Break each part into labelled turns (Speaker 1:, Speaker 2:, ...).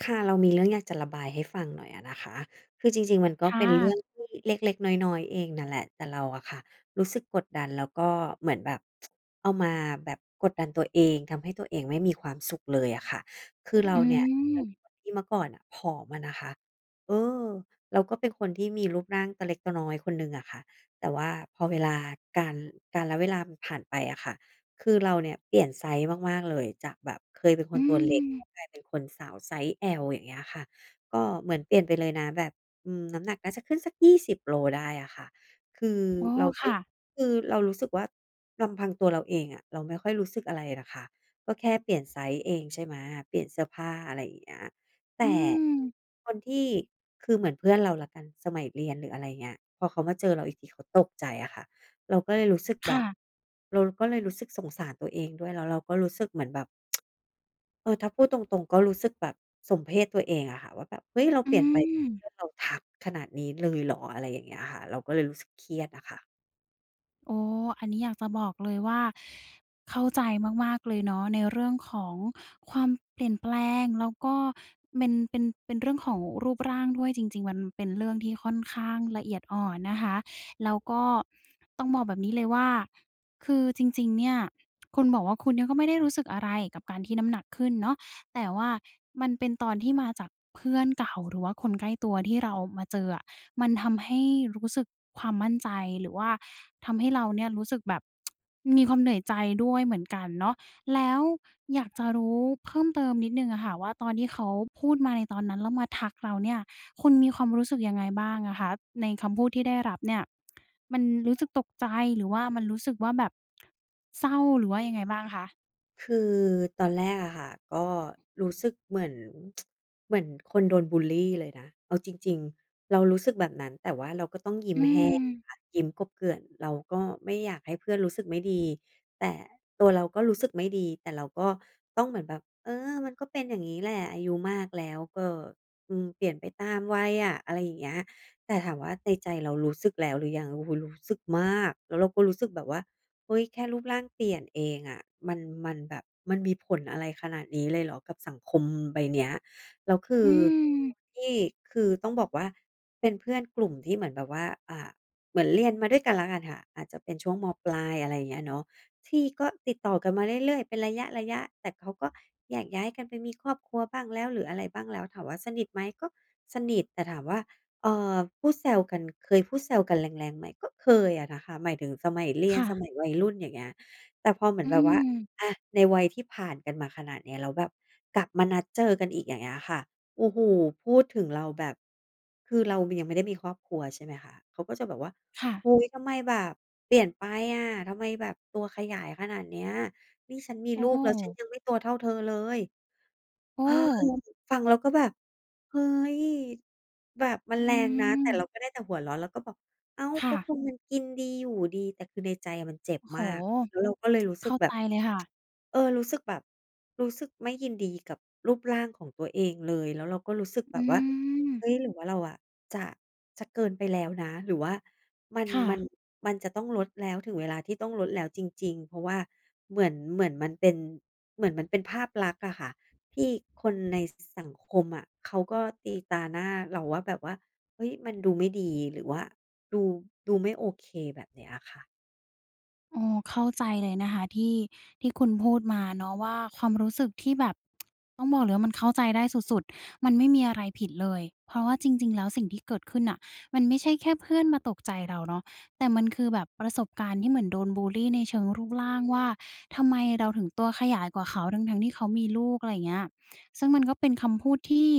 Speaker 1: ค่ะเรามีเรื่องอยากจะระบายให้ฟังหน่อยอะนะคะคือจริงๆมันก็
Speaker 2: ค
Speaker 1: เป็นเรื่อง
Speaker 2: ่ะ
Speaker 1: ที่เล็กๆน้อยๆเองนั่นแหละแต่เราอะค่ะรู้สึกกดดันแล้วก็เหมือนแบบเอามาแบบกดดันตัวเองทำให้ตัวเองไม่มีความสุขเลยอะค่ะคือเรา
Speaker 2: อื
Speaker 1: เนี่ย
Speaker 2: ม
Speaker 1: เป็นคนที่เมื่อก่อนน่ะผอมอะนะคะเออเราก็เป็นคนที่มีรูปร่างตัวเล็กตัวน้อยคนหนึ่งอะค่ะแต่ว่าพอเวลากาลกาลเวลามันผ่านไปอะค่ะ คือเราเนี่ยเปลี่ยนไซซ์มากๆเลยจากแบบเคยเป็นค
Speaker 2: อื
Speaker 1: นตัวเล็ก
Speaker 2: ม
Speaker 1: ก็กลายเป็นคนสาวไซซ์ L อย่างเงี้ยค่ะก็เหมือนเปลี่ยนไปเลยนะแบบอืมน้ำหนักน่าจะขึ้นสัก20 โลได้อะค่ะคือ
Speaker 2: โอ้
Speaker 1: เราก็
Speaker 2: ค่ะ
Speaker 1: คือเรารู้สึกว่าลำพังตัวเราเองอะเราไม่ค่อยรู้สึกอะไรหรอกค่ะก็แค่เปลี่ยนไซซ์เองใช่ไหมเปลี่ยนเสื้อผ้าอะไรอย่างเงี้ยแต่
Speaker 2: อืม
Speaker 1: คนที่คือเหมือนเพื่อนเราแล้วกันสมัยเรียนหรืออะไรเงี้ยพอเขามาเจอเราอีกทีเขาตกใจอะค่ะ เราก็เลยรู้สึกแบบ
Speaker 2: ค่ะ
Speaker 1: เราก็เลยรู้สึกสงสารตัวเองด้วยแล้วเราก็รู้สึกเหมือนแบบเออถ้าพูดตรงๆก็รู้สึกแบบสมเพชตัวเองอะค่ะว่าแบบเฮ้ยเรา
Speaker 2: อื
Speaker 1: เปลี่ยนไปเพื
Speaker 2: ม
Speaker 1: ่อนเราทักขนาดนี้เลยเหรออะไรอย่างเงี้ยค่ะเราก็เลยรู้สึกเครียดอะค่ะ
Speaker 2: โอ้ อันนี้อยากจะบอกเลยว่า เข้าใจมากๆเลยเนาะในเรื่องของความเปลี่ยนแปลง แล้วก็เป็นเรื่องของรูปร่างด้วยจริงๆมันเป็นเรื่องที่ค่อนข้างละเอียดอ่อนนะคะ แล้วก็ต้องบอกแบบนี้เลยว่าคือจริงๆ เนี่ยคุณบอกว่าคุณเนี่ยก็ไม่ได้รู้สึกอะไรกับการที่น้ำหนักขึ้นเนาะ แต่ว่ามันเป็นตอนที่มาจากเพื่อนเก่าหรือว่าคนใกล้ตัวที่เรามาเจออะมันทำให้รู้สึกความมั่นใจหรือว่าทำให้เราเนี่ยรู้สึกแบบมีความเหนื่อยใจด้วยเหมือนกันเนาะแล้วอยากจะรู้เพิ่มเติมนิดหนึ่งอะค่ะว่าตอนที่เขาพูดมาในตอนนั้นแล้วมาทักเราเนี่ยคุณมีความรู้สึกยังไงบ้างอะคะในคำพูดที่ได้รับเนี่ยมันรู้สึกตกใจหรือว่ามันรู้สึกว่าแบบเศร้าหรือว่ายังไงบ้างคะ
Speaker 1: คือตอนแรกอะค่ะก็รู้สึกเหมือน เหมือนคนโดนบุลลีเลยนะเอาจริงๆเรารู้สึกแบบนั้นแต่ว่าเราก็ต้องยิ้ม
Speaker 2: อื
Speaker 1: แห้ง
Speaker 2: ม
Speaker 1: อะค่ะยิ้มกบเกลื่อนเราก็ไม่อยากให้เพื่อนรู้สึกไม่ดีแต่ตัวเราก็รู้สึกไม่ดีแต่เราก็ต้องเหมือนแบบเออมันก็เป็นอย่างงี้แหละอายุมากแล้วก็อืมเปลี่ยนไปตามวัยอะอะไรอย่างเงี้ยแต่ถามว่าในใจเรารู้สึกแล้วหรือยังโอ้โฮรู้สึกมากแล้วเราก็รู้สึกแบบว่า เฮ้ยแค่รูปร่างเปลี่ยนเองอะมันมันแบบมันมีผลอะไรขนาดนี้เลยเหรอกับสังคมใบเนี้ยแล้วคื
Speaker 2: อื
Speaker 1: อ
Speaker 2: ม
Speaker 1: อนที่คือต้องบอกว่าเป็นเพื่อนกลุ่มที่เหมือนแบบว่าเหมือนเรียนมาด้วยกันแล้วกันค่ะอาจจะเป็นช่วงมปลายอะไรอย่างเงี้ยเนาะที่ก็ติดต่อกันมาเรื่อยๆเป็นระยะๆแต่เขาก็แยกย้ายกันไปมีครอบครัวบ้างแล้วหรืออะไรบ้างแล้วถามว่าสนิทไหมก็สนิทแต่ถามว่า เอ่อพูดแซวกันเคยพูดแซวกันแรงๆไหมก็เคยอะนะคะหมายถึงสมัยเรียน
Speaker 2: ค่ะ
Speaker 1: สมัยวัยรุ่นอย่างเงี้ยแต่พอเหมื
Speaker 2: อื
Speaker 1: อนแบบว่า
Speaker 2: ม
Speaker 1: อะในวัยที่ผ่านกันมาขนาดเนี้ยแล้วแบบกลับมานัดเจอกันอีกอย่างเงี้ยค่ะโอ้โฮพูดถึงเราแบบคือเรายังไม่ได้มีครอบครัวใช่ไหมคะเขาก็จะแบบว่า
Speaker 2: ค่ะ
Speaker 1: โอ๊ยทำไมแบบเปลี่ยนไปอะทำไมแบบตัวขยายขนาดเนี้ยนี่ฉันมี
Speaker 2: โอ้
Speaker 1: ลูกแล้วฉันยังไม่ตัวเท่าเธอเลย
Speaker 2: โอ้
Speaker 1: เออฟังแล้วก็แบบเฮ้ยแบบมัน
Speaker 2: อื
Speaker 1: แรงนะแต่เรา
Speaker 2: ม
Speaker 1: ก็ได้แต่หัวเราะแล้วก็บอกอ้าว
Speaker 2: ค่ะ
Speaker 1: ก็คนมันกินดีอยู่ดีแต่คือในใจอะมันเจ็บ
Speaker 2: โอ้โฮ
Speaker 1: มากแล้วเราก็เลยรู้สึก
Speaker 2: เข้า
Speaker 1: แบ
Speaker 2: ใจ
Speaker 1: บ
Speaker 2: เลยค่ะ
Speaker 1: เออรู้สึกแบบรู้สึกไม่ยินดีกับรูปร่างของตัวเองเลยแล้วเราก็รู้สึกแบ
Speaker 2: อื
Speaker 1: บว่า
Speaker 2: ม
Speaker 1: เฮ้ยหรือว่าเราอะจะจะเกินไปแล้วนะหรือว่ามัน
Speaker 2: ค่ะ
Speaker 1: มันมันจะต้องลดแล้วถึงเวลาที่ต้องลดแล้วจริงๆเพราะว่าเหมือนมันเป็นภาพลักษณ์อะค่ะ ที่คนในสังคมอะเขาก็ตีตราหน้าเราว่าแบบว่าเฮ้ยมันดูไม่ดีหรือว่าดูดูไม่โอเคแบบเนี้ยอะค่ะ
Speaker 2: โอ้เข้าใจเลยนะคะที่ที่คุณพูดมาเนาะว่าความรู้สึกที่แบบต้องบอกเลยว่ามันเข้าใจได้สุดๆมันไม่มีอะไรผิดเลยเพราะว่าจริงๆแล้วสิ่งที่เกิดขึ้นน่ะมันไม่ใช่แค่เพื่อนมาตกใจเราเนาะแต่มันคือแบบประสบการณ์ที่เหมือนโดนบุลลีในเชิงรูปร่างว่าทำไมเราถึงตัวขยายกว่าเขาทั้งๆที่เขามีลูกอะไรอย่างเงี้ยซึ่งมันก็เป็นคำพูดที่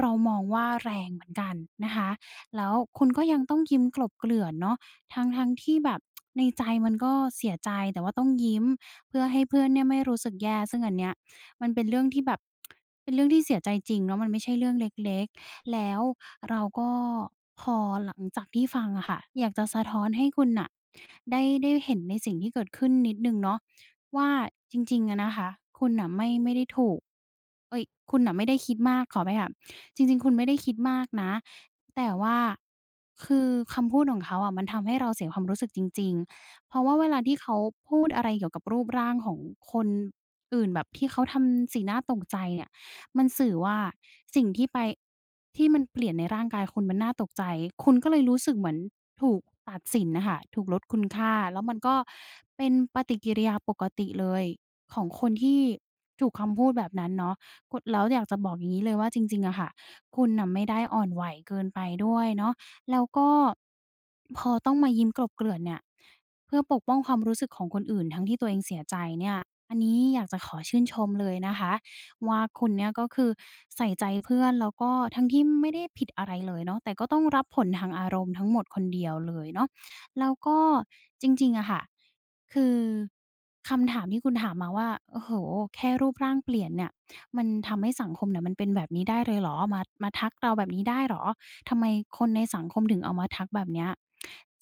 Speaker 2: เรามองว่าแรงเหมือนกันนะคะแล้วคุณก็ยังต้องยิ้มกลบเกลื่อนเนาะ ทั้งๆที่แบบในใจมันก็เสียใจแต่ว่าต้องยิ้มเพื่อให้เพื่อนเนี่ยไม่รู้สึกแย่ซึ่งอันเนี้ยมันเป็นเรื่องที่แบบเป็นเรื่องที่เสียใจจริงเนาะมันไม่ใช่เรื่องเล็กๆแล้วเราก็พอหลังจากที่ฟังอะค่ะอยากจะสะท้อนให้คุณน่ะได้เห็นในสิ่งที่เกิดขึ้นนิดหนึ่งเนาะว่าจริงๆอะนะคะคุณน่ะไม่ได้ถูกเอ๊ยคุณน่ะไม่ได้คิดมากขออภัยค่ะ จริงๆ คุณไม่ได้คิดมากนะ แต่ว่าคือคำพูดของเขาอะมันทำให้เราเสียความรู้สึกจริงๆ เพราะว่าเวลาที่เขาพูดอะไรเกี่ยวกับรูปร่างของคนอื่นแบบที่เขาทำสีหน้าตกใจเนี่ยมันสื่อว่าสิ่งที่ไปที่มันเปลี่ยนในร่างกายคุณมันน่าตกใจคุณก็เลยรู้สึกเหมือนถูกตัดสินน่ะค่ะถูกลดคุณค่าแล้วมันก็เป็นปฏิกิริยาปกติเลยของคนที่ถูกคำพูดแบบนั้นเนาะกดแล้วอยากจะบอกอย่างงี้เลยว่าจริงๆอะค่ะ คุณน่ะไม่ได้อ่อนไหวเกินไปด้วยเนาะแล้วก็พอต้องมายิ้มกลบเกลื่อนเนี่ยเพื่อปกป้องความรู้สึกของคนอื่นทั้งที่ตัวเองเสียใจเนี่ยอันนี้อยากจะขอชื่นชมเลยนะคะว่าคุณเนี่ยก็คือใส่ใจเพื่อนแล้วก็ทั้งที่ไม่ได้ผิดอะไรเลยเนาะแต่ก็ต้องรับผลทางอารมณ์ทั้งหมดคนเดียวเลยเนาะแล้วก็จริงๆอะค่ะคือคำถามที่คุณถามมาว่าโอ้โฮแค่รูปร่างเปลี่ยนเนี่ย มันทำให้สังคมเนี่ยมันเป็นแบบนี้ได้เลยเหรอมามาทักเราแบบนี้ได้เหรอทำไมคนในสังคมถึงเอามาทักแบบเนี้ย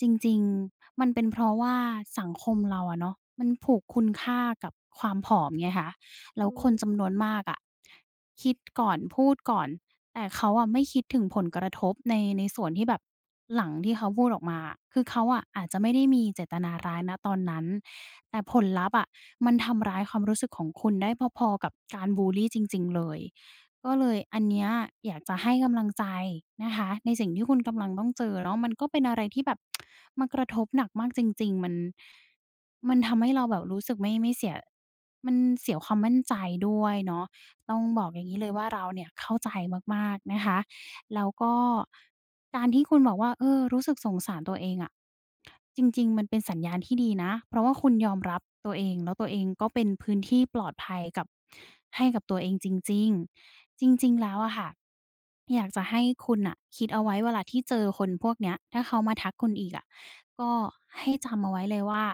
Speaker 2: จริงๆมันเป็นเพราะว่าสังคมเราอะเนาะมันผูกคุณค่ากับความผอมไงคะแล้ว
Speaker 1: อื
Speaker 2: คน
Speaker 1: ม
Speaker 2: จำนวนมากอะคิดก่อนพูดก่อนแต่เขาอะไม่คิดถึงผลกระทบในส่วนที่แบบหลังที่เขาพูดออกมาคือเขาอะอาจจะไม่ได้มีเจตนาร้ายณตอนนั้น แต่ผลลัพธ์อะมันทำร้ายความรู้สึกของคุณได้พอๆกับการบุลลีจริงๆเลยก็เลยอันเนี้ยอยากจะให้กำลังใจนะคะในสิ่งที่คุณกำลังต้องเจอเนาะมันก็เป็นอะไรที่แบบมันกระทบหนักมากจริงๆมันทำให้เราแบบรู้สึกไม่ไม่เสียมันเสียความมั่นใจด้วยเนาะต้องบอกอย่างงี้เลยว่าเราเนี่ยเข้าใจมากๆนะคะ แล้วก็การที่คุณบอกว่ารู้สึกสงสารตัวเองอะจริงๆมันเป็นสัญญาณที่ดีนะเพราะว่าคุณยอมรับตัวเองแล้วตัวเองก็เป็นพื้นที่ปลอดภัยกับให้กับตัวเองจริงๆจริงๆแล้วอะค่ะอยากจะให้คุณน่ะคิดเอาไว้เวลาที่เจอคนพวกเนี้ยถ้าเขามาทักคุณอีกอะก็ให้จำเอาไว้เลยว่า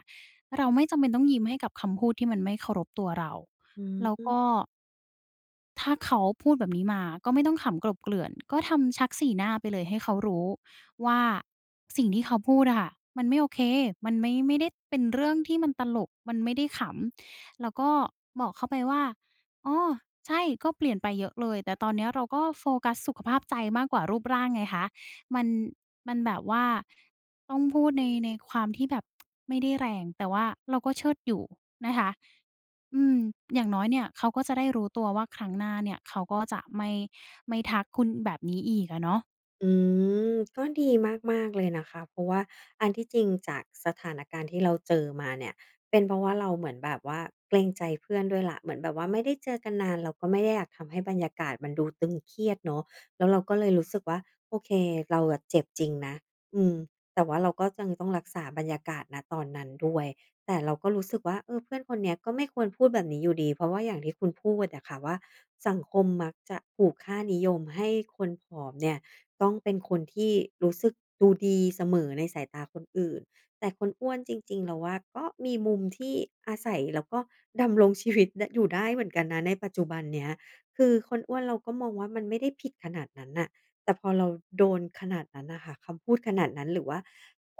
Speaker 2: เราไม่จำเป็นต้องยิ้มให้กับคำพูดที่มันไม่เคารพตัวเรา
Speaker 1: อื
Speaker 2: แล้วก็
Speaker 1: ม
Speaker 2: ถ้าเขาพูดแบบนี้มาก็ไม่ต้องขำกลบเกลื่อนก็ทำชักสีหน้าไปเลยให้เขารู้ว่าสิ่งที่เขาพูดอะค่ะมันไม่โอเคมันไม่ได้เป็นเรื่องที่มันตลกมันไม่ได้ขำแล้วก็บอกเขาไปว่าอ๋อใช่ก็เปลี่ยนไปเยอะเลยแต่ตอนเนี้ยเราก็โฟกัสสุขภาพใจมากกว่ารูปร่างไงคะมันมันแบบว่าต้องพูดในความที่แบบไม่ได้แรงแต่ว่าเราก็เชิดอยู่นะคะ อืมอย่างน้อยเนี่ยเขาก็จะได้รู้ตัวว่าครั้งหน้าเนี่ยเขาก็จะไม่ทักคุณแบบนี้อีกอะเนาะ
Speaker 1: อืก็ดีมากๆเลยนะคะเพราะว่าอันที่จริงจากสถานการณ์ที่เราเจอมาเนี่ยเป็นเพราะว่าเราเหมือนแบบว่าเกรงใจเพื่อนด้วยแหละเหมือนแบบว่าไม่ได้เจอกันนานเราก็ไม่ได้อยากทำให้บรรยากาศมันดูตึงเครียดเนาะแล้วเราก็เลยรู้สึกว่าโอเคเราอะเจ็บจริงนะอืมแต่ว่าเราก็ยังต้องรักษาบรรยากาศณตอนนั้นด้วยแต่เราก็รู้สึกว่าเออเพื่อนคนเนี้ยก็ไม่ควรพูดแบบนี้อยู่ดีเพราะว่าอย่างที่คุณพูดอะค่ะว่าสังคมมักจะผูกค่านิยมให้คนผอมเนี่ย ต้องเป็นคนที่รู้สึกดูดีเสมอในสายตาคนอื่นแต่คนอ้วนจริงๆเราว่าก็มีมุมที่อาศัยแล้วก็ดำรงชีวิตดอยู่ได้เหมือนกันนะในปัจจุบันเนี้ยคือคนอ้วนเราก็มองว่ามันไม่ได้ผิดขนาดนั้นน่ะแต่พอเราโดนขนาดนั้นน่ะค่ะคำพูดขนาดนั้นหรือว่า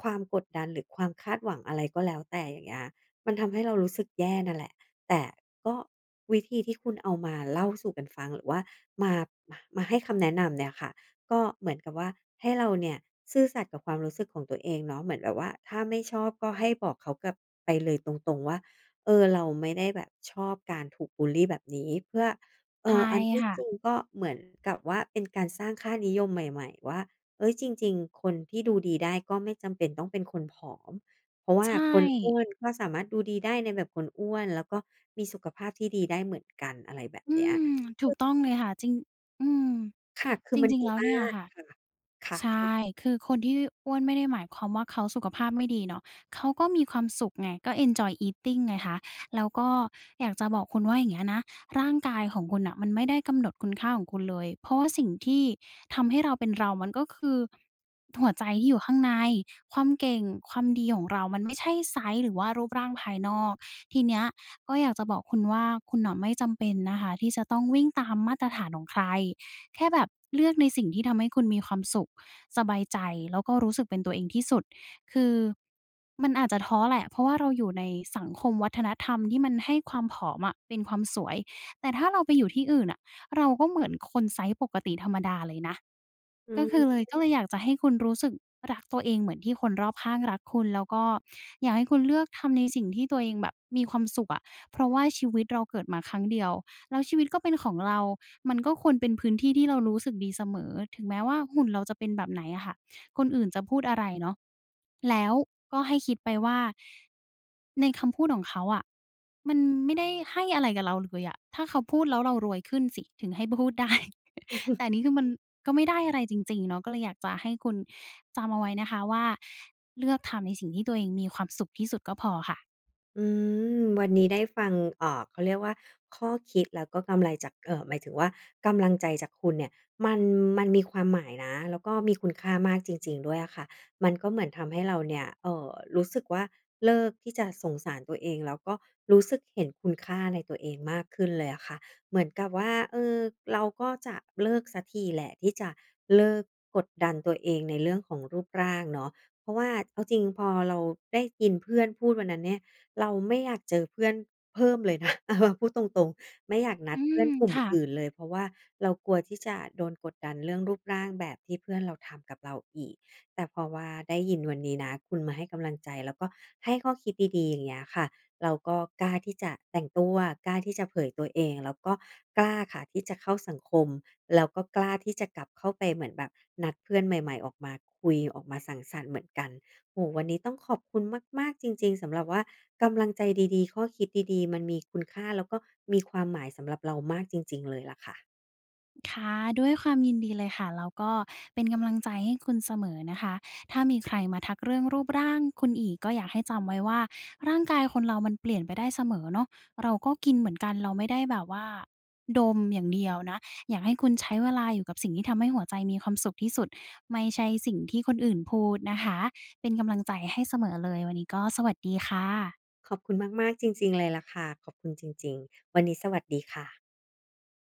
Speaker 1: ความกดดันหรือความคาดหวังอะไรก็แล้วแต่อย่างเงี้ยมันทำให้เรารู้สึกแย่นั่นแหละแต่ก็วิธีที่คุณเอามาเล่าสู่กันฟังหรือว่ามามาให้คำแนะนำเนี่ยค่ะ ก็เหมือนกับว่าให้เราเนี่ยซื่อสัตย์กับความรู้สึกของตัวเองเนาะเหมือนแบบว่าถ้าไม่ชอบก็ให้บอกเขากลับไปเลยตรงๆว่าเออเราไม่ได้แบบชอบการถูกบุลลีแบบนี้เพื่อ
Speaker 2: ใช่
Speaker 1: อันที่จริง
Speaker 2: ค่ะ
Speaker 1: ก็เหมือนกับว่าเป็นการสร้างค่านิยมใหม่ๆว่าเฮ้ยจริงๆคนที่ดูดีได้ก็ไม่จำเป็นต้องเป็นคนผอมเพราะว่า
Speaker 2: ใช่
Speaker 1: คนอ้วนก็สามารถดูดีได้ในแบบคนอ้วนแล้วก็มีสุขภาพที่ดีได้เหมือนกันอะไรแบบ
Speaker 2: อื
Speaker 1: เนี้ย
Speaker 2: มถูกต้องเลยค่ะจริงอืม
Speaker 1: ค่ะคือ
Speaker 2: จ
Speaker 1: มัน
Speaker 2: ริง
Speaker 1: ดี
Speaker 2: ๆแล้ว
Speaker 1: มา
Speaker 2: เนี่ย
Speaker 1: ก
Speaker 2: ค่ะ
Speaker 1: ค่ะค่ะ
Speaker 2: ใช
Speaker 1: ใช
Speaker 2: ่คือคนที่อ้วนไม่ได้หมายความว่าเขาสุขภาพไม่ดีเนาะเขาก็มีความสุขไงก็ enjoy eating ไงคะแล้วก็อยากจะบอกคุณว่าอย่างเงี้ยนะร่างกายของคุณน่ะมันไม่ได้กำหนดคุณค่าของคุณเลย เพราะว่าสิ่งที่ทำให้เราเป็นเรามันก็คือหัวใจที่อยู่ข้างในความเก่งความดีของเรามันไม่ใช่ไซซ์หรือว่ารูปร่างภายนอกทีเนี้ยก็อยากจะบอกคุณว่าคุณน่ะไม่จำเป็นนะคะที่จะต้องวิ่งตามมาตรฐานของใครแค่แบบเลือกในสิ่งที่ทำให้คุณมีความสุข สบายใจแล้วก็รู้สึกเป็นตัวเองที่สุด คือมันอาจจะท้อแหละ เพราะว่าเราอยู่ในสังคมวัฒนธรรมที่มันให้ความผอมอะเป็นความสวย แต่ถ้าเราไปอยู่ที่อื่นอะเราก็เหมือนคนไซซ์ปกติธรรมดาเลยนะ ก็คื
Speaker 1: อืม
Speaker 2: อเลยก็เลยอยากจะให้คุณรู้สึกรักตัวเองเหมือนที่คนรอบข้างรักคุณแล้วก็อยากให้คุณเลือกทำในสิ่งที่ตัวเองแบบมีความสุขอะเพราะว่าชีวิตเราเกิดมาครั้งเดียวแล้วชีวิตก็เป็นของเรามันก็ควรเป็นพื้นที่ที่เรารู้สึกดีเสมอถึงแม้ว่าหุ่นเราจะเป็นแบบไหนอะค่ะ คนอื่นจะพูดอะไรเนาะแล้วก็ให้คิดไปว่าในคำพูดของเขาอะมันไม่ได้ให้อะไรกับเราเลยอะถ้าเขาพูดแล้วเรารวยขึ้นสิถึงให้พูดได้ แต่อันนี้คือมันก็ไม่ได้อะไรจริงๆเนาะก็เลยอยากจะให้คุณจำเอาไว้นะคะว่าเลือกทำในสิ่งที่ตัวเองมีความสุขที่สุดก็พอค่ะ
Speaker 1: อืมวันนี้ได้ฟังเขาเรียกว่าข้อคิดแล้วก็กำไรจากหมายถึงว่ากำลังใจจากคุณเนี่ยมันมีความหมายนะ แล้วก็มีคุณค่ามากจริงๆด้วยอะค่ะมันก็เหมือนทำให้เราเนี่ยรู้สึกว่าเลิกที่จะสงสารตัวเองแล้วก็รู้สึกเห็นคุณค่าในตัวเองมากขึ้นเลยอะค่ะเหมือนกับว่าเออเราก็จะเลิกสักทีแหละที่จะเลิกกดดันตัวเองในเรื่องของรูปร่างเนาะเพราะว่าเอาจริงพอเราได้ยินเพื่อนพูดวันนั้นเนี่ย เราไม่อยากเจอเพื่อนเพิ่มเลยนะ เอามาพูดตรงๆไม่อยากนั
Speaker 2: อื
Speaker 1: ดเพื่อ
Speaker 2: ม
Speaker 1: นกลุ่ม
Speaker 2: ค่ะ
Speaker 1: อื่นเลยเพราะว่าเรากลัวที่จะโดนกดดันเรื่องรูปร่างแบบที่เพื่อนเราทำกับเราอีกแต่พอว่าได้ยินวันนี้นะคุณมาให้กำลังใจแล้วก็ให้ข้อคิดดีๆอย่างเงี้ยค่ะเราก็กล้าที่จะแต่งตัวกล้าที่จะเผยตัวเองแล้วก็กล้าค่ะที่จะเข้าสังคมแล้วก็กล้าที่จะกลับเข้าไปเหมือนแบบนัดเพื่อนใหม่ๆออกมาคุยออกมาสังสรรค์เหมือนกัน โอ้โฮวันนี้ต้องขอบคุณมากๆจริงๆสำหรับว่ากำลังใจดีๆข้อคิดดีๆมันมีคุณค่าแล้วก็มีความหมายสำหรับเรามากจริงๆเลยล่ะค่ะ
Speaker 2: ค่ะด้วยความยินดีเลยค่ะแล้วก็เป็นกำลังใจให้คุณเสมอนะคะถ้ามีใครมาทักเรื่องรูปร่างคุณอีกก็อยากให้จำไว้ว่าร่างกายคนเรามันเปลี่ยนไปได้เสมอเนาะเราก็กินเหมือนกันเราไม่ได้แบบว่าดมอย่างเดียวนะอยากให้คุณใช้เวลาอยู่กับสิ่งที่ทำให้หัวใจมีความสุขที่สุดไม่ใช่สิ่งที่คนอื่นพูดนะคะเป็นกำลังใจให้เสมอเลยวันนี้ก็สวัสดีค่ะ
Speaker 1: ขอบคุณมากๆจริงๆเลยล่ะค่ะขอบคุณจริงๆวันนี้สวัสดีค่ะ